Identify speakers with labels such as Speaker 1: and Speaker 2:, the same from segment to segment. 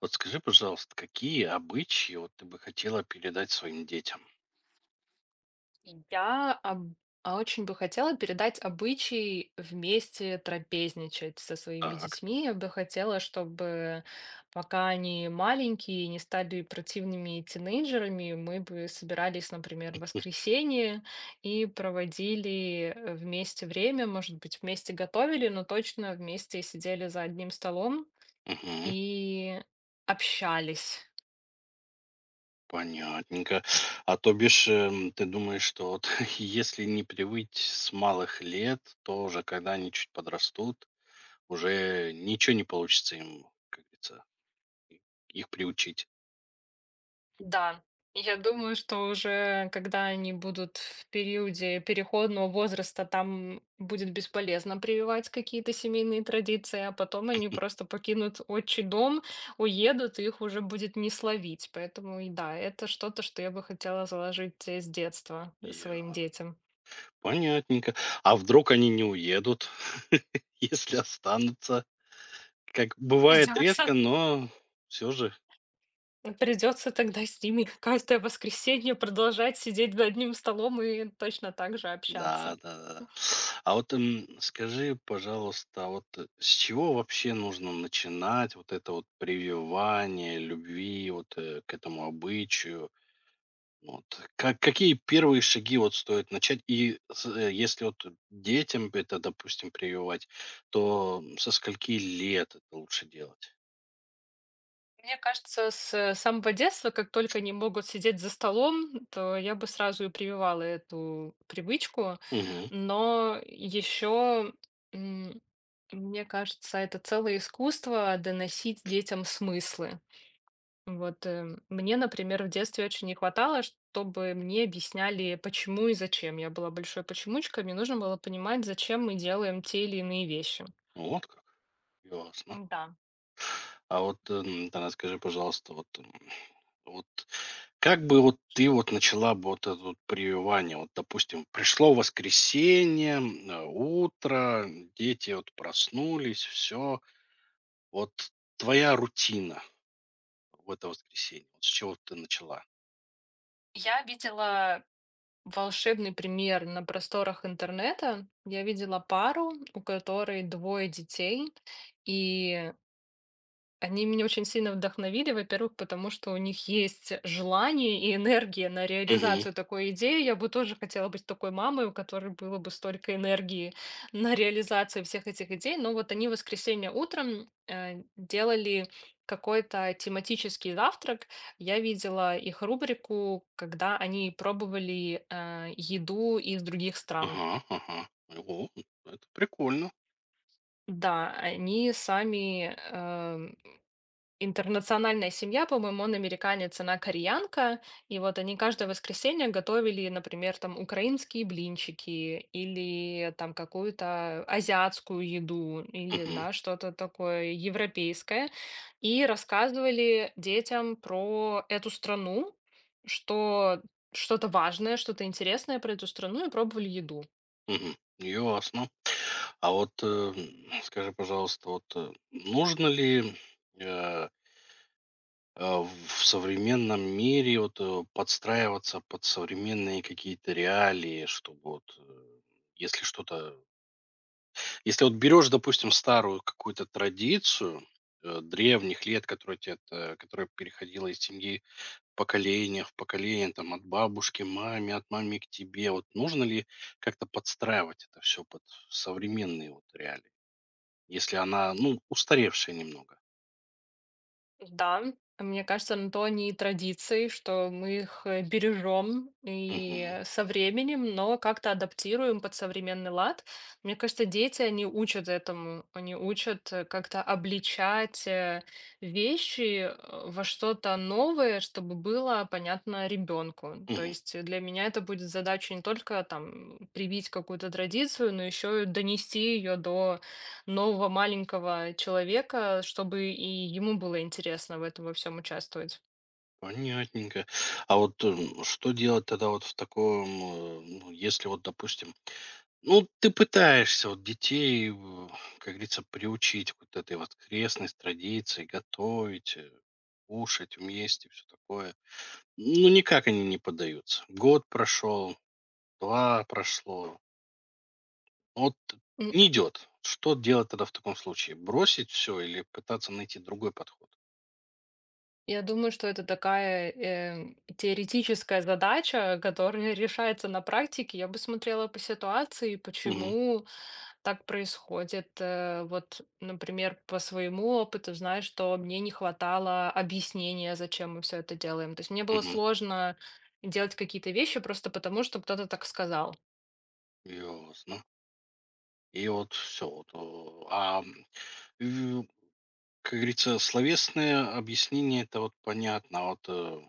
Speaker 1: Вот скажи, пожалуйста, какие обычаи вот ты бы хотела передать своим детям?
Speaker 2: Я очень бы хотела передать обычай вместе трапезничать со своими
Speaker 1: Так.
Speaker 2: детьми. Я бы хотела, чтобы пока они маленькие и не стали противными тинейджерами, мы бы собирались, например, в
Speaker 1: М,
Speaker 2: воскресенье и проводили вместе время, может быть, вместе готовили, но точно вместе сидели за одним столом
Speaker 1: мгм.
Speaker 2: и общались.
Speaker 1: Понятненько. А то бишь, ты думаешь, что вот если не привыть с малых лет, то уже когда они чуть подрастут, уже ничего не получится им, как говорится, и- их приучить.
Speaker 2: Да, я думаю, что уже когда они будут в периоде переходного возраста, там будет бесполезно прививать какие-то семейные традиции, а потом они просто покинут отчий дом, уедут, и их уже будет не словить. Поэтому, и да, это что-то, что я бы хотела заложить с детства своим
Speaker 1: Я-
Speaker 2: детям.
Speaker 1: Понятненько. А вдруг они не уедут, если останутся? Как бывает
Speaker 2: Придется.
Speaker 1: редко, но все же.
Speaker 2: Придется тогда с ними каждое воскресенье продолжать сидеть за одним столом и точно так же общаться.
Speaker 1: Да, да-да-да. А вот, скажи, пожалуйста, а вот, с чего вообще нужно начинать вот это вот прививание любви вот, к этому обычаю? Вот. Какие первые шаги вот стоит начать? Если вот детям это, допустим, прививать, то со скольки лет это лучше делать?
Speaker 2: Мне кажется, с самого детства, как только они могут сидеть за столом, то я бы сразу и прививала эту привычку.
Speaker 1: Угу.
Speaker 2: Но еще, мне кажется, это целое искусство доносить детям смыслы. Вот мне, например, в детстве очень не хватало, чтобы мне объясняли, почему и зачем. Я была большой почемучкой, мне нужно было понимать, зачем мы делаем те или иные вещи.
Speaker 1: Вот как. Ясно.
Speaker 2: Да.
Speaker 1: А вот, тогда скажи, пожалуйста, вот, вот как бы вот ты вот начала бы вот это вот прививание? Вот, допустим, пришло воскресенье, утро, дети вот проснулись, все, вот твоя рутина в это воскресенье, вот с чего ты начала?
Speaker 2: Я видела волшебный пример на просторах интернета. Я видела пару, у которой двое детей, и они меня очень сильно вдохновили, во-первых, потому что у них есть желание и энергия на
Speaker 1: Мгм.
Speaker 2: реализацию такой идеи. Я бы тоже хотела быть такой мамой, у которой было бы столько энергии на реализацию всех этих идей. Но вот они в воскресенье утром делали какой-то тематический завтрак. Я видела их рубрику, когда они пробовали еду из других стран.
Speaker 1: Ага, ага. О, это прикольно.
Speaker 2: Да, они сами интернациональная семья, по-моему, он американец, она кореянка, и вот они каждое воскресенье готовили, например, там украинские блинчики или там какую-то азиатскую еду или
Speaker 1: Мгм,
Speaker 2: да, что-то такое европейское, и рассказывали детям про эту страну, что что-то важное, что-то интересное про эту страну и пробовали еду.
Speaker 1: мгм. Ясно. А вот, скажи, пожалуйста, вот, нужно ли, э в современном мире вот, подстраиваться под современные какие-то реалии, чтобы вот, если что-то если вот берешь, допустим, старую какую-то традицию, древних лет, которая те т которая переходила из семьи поколения в поколение, там, от бабушки маме, от мамы к тебе. Вот нужно ли как-то подстраивать это все под современные вот реалии, если она, ну, устаревшая немного?
Speaker 2: Да, мне кажется, на то они и традиции, что мы их бережем и со временем, но как-то адаптируем под современный лад. Мне кажется, дети, они учат этому, они учат как-то обличать вещи во что-то новое, чтобы было понятно ребенку. То
Speaker 1: Мгм.
Speaker 2: есть для меня это будет задача не только там привить какую-то традицию, но еще и донести ее до нового маленького человека, чтобы и ему было интересно в этом во всем участвовать.
Speaker 1: Понятненько. А вот, что делать тогда вот в таком, ну, если вот, допустим, ну, ты пытаешься вот детей, как говорится, приучить вот этой вот крестной традиции, готовить, кушать вместе, все такое. Ну, никак они не поддаются. Год прошел, два прошло. Вот
Speaker 2: М,
Speaker 1: не идет. Что делать тогда в таком случае? Бросить все или пытаться найти другой подход?
Speaker 2: Я думаю, что это такая теоретическая задача, которая решается на практике. Я бы смотрела по ситуации,
Speaker 1: Угу,
Speaker 2: почему так происходит. Вот, например, по своему опыту, знаешь, что мне не хватало объяснения, зачем мы все это делаем. То есть мне было
Speaker 1: угу.
Speaker 2: сложно делать какие-то вещи просто потому, что кто-то так сказал.
Speaker 1: Ясно. И вот все. Вот, э, как говорится, словесное объяснение — это вот понятно. А вот,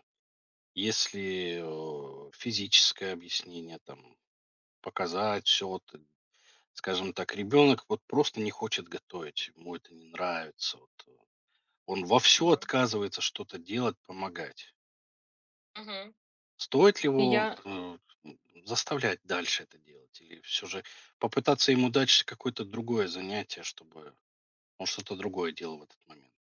Speaker 1: если, физическое объяснение, там, показать все вот, скажем так, ребенок вот просто не хочет готовить, ему это не нравится, вот, он вовсю
Speaker 2: Мгм.
Speaker 1: отказывается что-то делать, помогать.
Speaker 2: Мгм.
Speaker 1: Стоит ли
Speaker 2: И
Speaker 1: его,
Speaker 2: Я
Speaker 1: м, заставлять дальше это делать или все же попытаться ему дать ш какое-то другое занятие, чтобы он что-то другое делал в этот момент.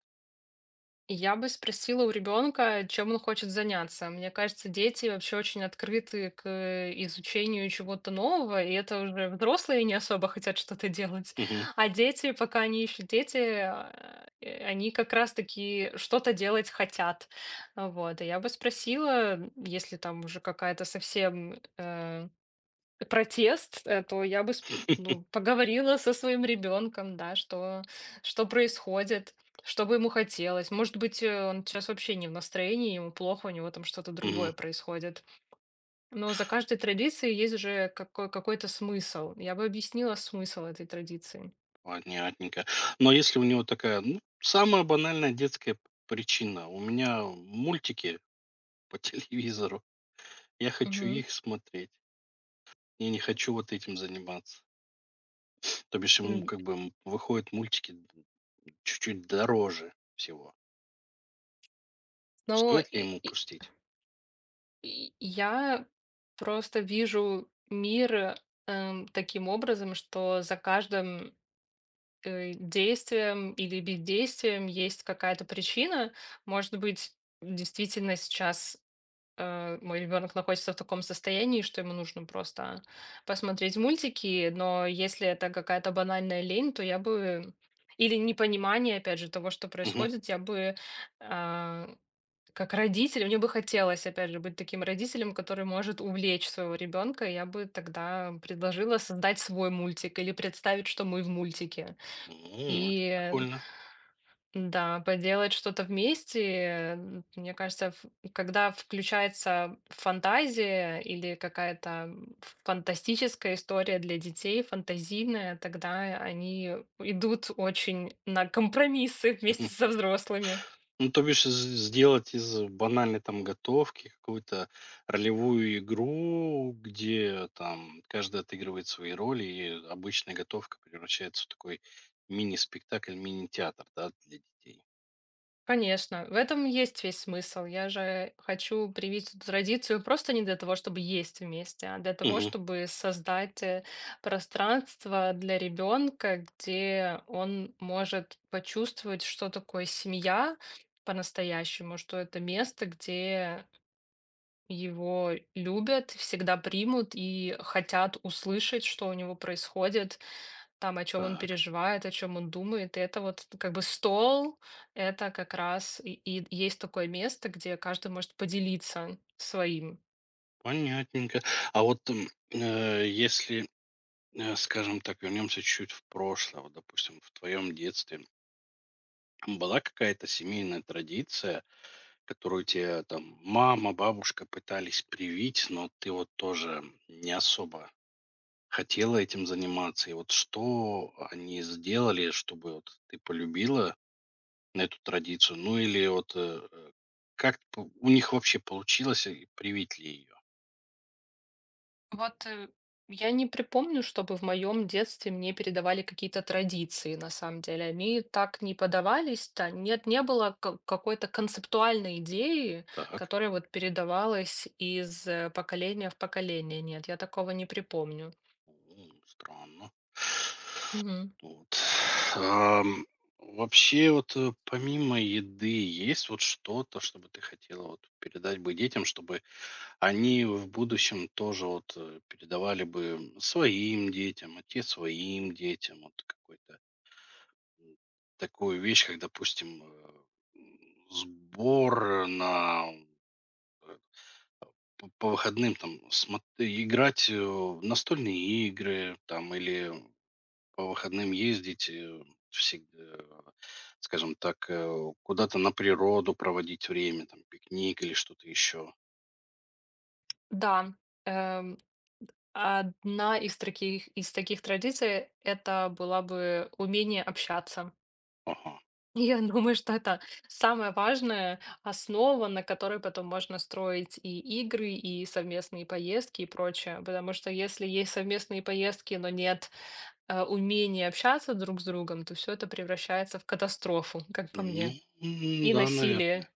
Speaker 2: Я бы спросила у ребенка, чем он хочет заняться. Мне кажется, дети вообще очень открыты к изучению чего-то нового, и это уже взрослые не особо хотят что-то делать.
Speaker 1: Мгм.
Speaker 2: А дети, пока они еще дети, они как раз-таки что-то делать хотят. Вот. И я бы спросила, если там уже какая-то совсем протест, то ну, поговорила со своим ребенком, да, что происходит, что бы ему хотелось. Может быть, он сейчас вообще не в настроении, ему плохо, у него там что-то другое
Speaker 1: Мгм.
Speaker 2: происходит. Но за каждой традицией есть же какой-то смысл. Я бы объяснила смысл этой традиции.
Speaker 1: Понятненько. Но если у него такая, ну, самая банальная детская причина. У меня мультики по телевизору. Я хочу
Speaker 2: Мгм.
Speaker 1: их смотреть. Я не хочу вот этим заниматься. То бишь ему
Speaker 2: М,
Speaker 1: как бы выходят мультики чуть-чуть дороже всего.
Speaker 2: Но
Speaker 1: Стоит ли
Speaker 2: и-
Speaker 1: ему
Speaker 2: и-
Speaker 1: пустить?
Speaker 2: и я просто вижу мир таким образом, что за каждым действиям или бездействиям есть какая-то причина. Может быть, действительно сейчас мой ребенок находится в таком состоянии, что ему нужно просто посмотреть мультики, но если это какая-то банальная лень, то я бы... Или непонимание, опять же, того, что
Speaker 1: Мгм.
Speaker 2: происходит, я бы а, как родитель, мне бы хотелось, опять же, быть таким родителем, который может увлечь своего ребенка, я бы тогда предложила создать свой мультик или представить, что мы в мультике.
Speaker 1: Это
Speaker 2: И
Speaker 1: прикольно.
Speaker 2: да, поделать что-то вместе, мне кажется, когда включается фантазия или какая-то фантастическая история для детей, фантазийная, тогда они идут очень на компромиссы вместе со взрослыми.
Speaker 1: Ну, то бишь, з сделать из банальной там готовки какую-то ролевую игру, где там каждый отыгрывает свои роли, и обычная готовка превращается в такой мини-спектакль, мини-театр, да, для детей.
Speaker 2: Конечно, в этом есть весь смысл. Я же хочу привить эту традицию просто не для того, чтобы есть вместе, а для того,
Speaker 1: Мгм.
Speaker 2: чтобы создать пространство для ребенка, где он может почувствовать, что такое семья по-настоящему, что это место, где его любят, всегда примут и хотят услышать, что у него происходит, там, о чем он
Speaker 1: Так,
Speaker 2: переживает, о чем он думает. И это вот как бы стол, это как раз и есть такое место, где каждый может поделиться своим.
Speaker 1: понятненько. А вот, если, скажем так, вернемся чуть в прошлое, вот, допустим, в твоем детстве, была какая-то семейная традиция, которую тебе там мама, бабушка пытались привить, но ты вот тоже не особо хотела этим заниматься. И вот что они сделали, чтобы вот ты полюбила на эту традицию? Ну или вот как у них вообще получилось привить ли ее?
Speaker 2: Вот я не припомню, чтобы в моем детстве мне передавали какие-то традиции, на самом деле. Они так не подавались, да, нет, не было какой-то концептуальной идеи,
Speaker 1: Так.
Speaker 2: которая вот передавалась из поколения в поколение. Нет, я такого не припомню.
Speaker 1: Странно.
Speaker 2: Мгм.
Speaker 1: Вот. Ам, вообще, вот, помимо еды, есть вот что-то, что бы ты хотела вот передать бы детям, чтобы они в будущем тоже вот, передавали бы своим детям, а те своим детям? Вот какой-то, м, такую вещь, как, допустим, м, сбор на, э, п по выходным там, смо играть, в настольные игры там или по выходным ездить, всег- э, скажем так, куда-то на природу проводить время, там, пикник или что-то еще.
Speaker 2: Да. эм, Одна из таких традиций — это была бы умение общаться.
Speaker 1: Ага.
Speaker 2: Я думаю, что это самая важная основа, на которой потом можно строить и игры, и совместные поездки, и прочее. Потому что если есть совместные поездки, но нет, умения общаться друг с другом, то все это превращается в катастрофу, как по
Speaker 1: Ну,
Speaker 2: мне, и
Speaker 1: да,
Speaker 2: насилие.
Speaker 1: наверное.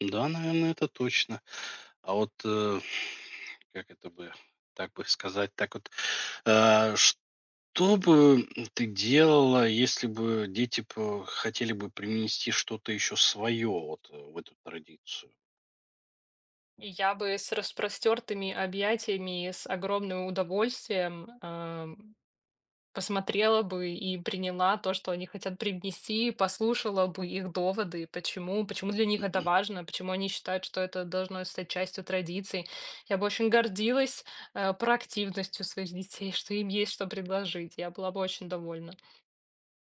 Speaker 1: Да, наверное, это точно. А вот, как это бы, так бы сказать, так вот, э, что бы ты делала, если бы дети хотели бы принести что-то еще свое вот в эту традицию?
Speaker 2: И я бы с распростертыми объятиями, и с огромным удовольствием, эм, посмотрела бы и приняла то, что они хотят привнести, послушала бы их доводы, почему для них это важно, почему они считают, что это должно стать частью традиций. Я бы очень гордилась, проактивностью своих детей, что им есть что предложить. Я была бы очень довольна.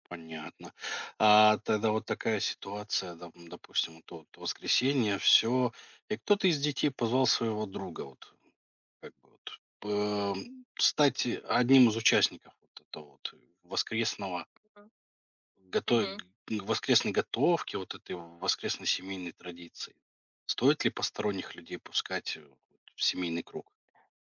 Speaker 1: Понятно. А тогда вот такая ситуация, допустим, вот воскресенье, все, и кто-то из детей позвал своего друга, вот, как бы вот, стать одним из участников вот этого вот воскресного
Speaker 2: Мгм.
Speaker 1: готов, воскресной готовки, вот этой воскресной семейной традиции. Стоит ли посторонних людей пускать вот в семейный круг?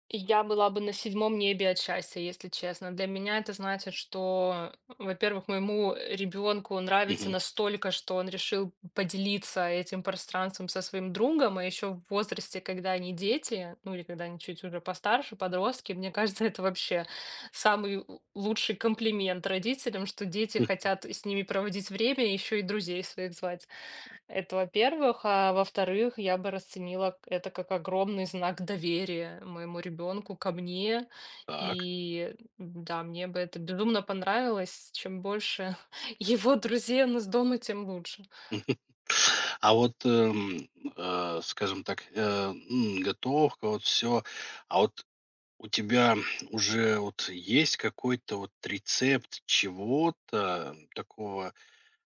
Speaker 2: Я была бы на седьмом небе от счастья, если честно. Для меня это значит, что, во-первых, моему ребенку нравится
Speaker 1: Мгм.
Speaker 2: настолько, что он решил поделиться этим пространством со своим другом, а еще в возрасте, когда они дети, ну или когда они чуть уже постарше, подростки, мне кажется, это вообще лучший комплимент родителям, что дети
Speaker 1: Мгм.
Speaker 2: хотят с ними проводить время, еще и друзей своих звать. Это во-первых. А во-вторых, я бы расценила к это как огромный знак доверия моему ребенку ко мне.
Speaker 1: Так.
Speaker 2: И да, мне бы это безумно понравилось. Чем больше его друзей у нас дома, тем лучше.
Speaker 1: А вот, скажем так, готовка, вот все. А вот у тебя уже вот есть какой-то вот рецепт чего-то такого,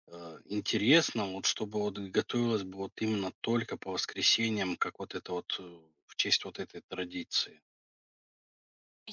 Speaker 1: интересного, вот чтобы вот готовилось бы вот именно только по воскресеньям, как вот это вот, в честь вот этой традиции?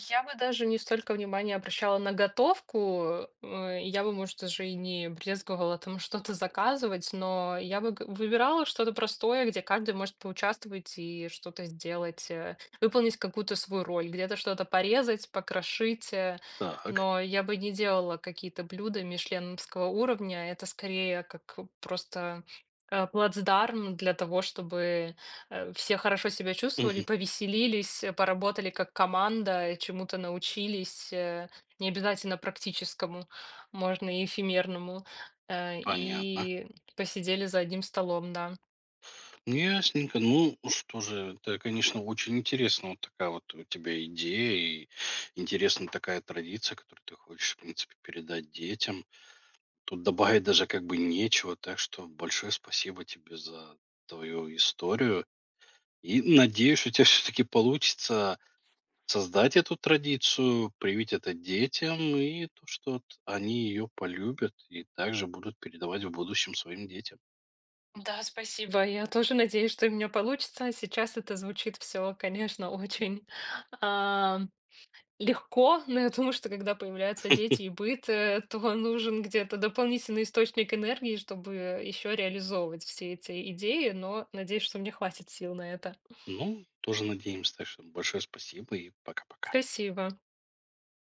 Speaker 2: Я бы даже не столько внимания обращала на готовку, я бы, может, даже и не брезговала там что-то заказывать, но выбирала что-то простое, где каждый может поучаствовать и что-то сделать, выполнить какую-то свою роль, где-то что-то порезать, покрошить,
Speaker 1: Так.
Speaker 2: но я бы не делала какие-то блюда мишленовского уровня, это скорее как просто плацдарм для того, чтобы все хорошо себя чувствовали,
Speaker 1: Мгм.
Speaker 2: повеселились, поработали как команда, чему-то научились, не обязательно практическому, можно и эфемерному, э,
Speaker 1: Понятно.
Speaker 2: и посидели за одним столом, да.
Speaker 1: Ну, ясненько. Ну, что же, это, конечно, очень интересно. Вот такая вот у тебя идея и интересна такая традиция, которую ты хочешь, в принципе, передать детям. Тут добавить даже как бы нечего, так что большое спасибо тебе за твою историю. И надеюсь, у тебя все-таки получится создать эту традицию, привить это детям, и то, что вот они ее полюбят и также будут передавать в будущем своим детям.
Speaker 2: Да, спасибо. Я тоже надеюсь, что у меня получится. Сейчас это звучит все, конечно, очень легко, но я думаю, что когда появляются дети и быт, то нужен где-то дополнительный источник энергии, чтобы еще реализовывать все эти идеи, но надеюсь, что мне хватит сил на это.
Speaker 1: Ну, тоже надеемся. Так что большое спасибо и пока-пока.
Speaker 2: Спасибо.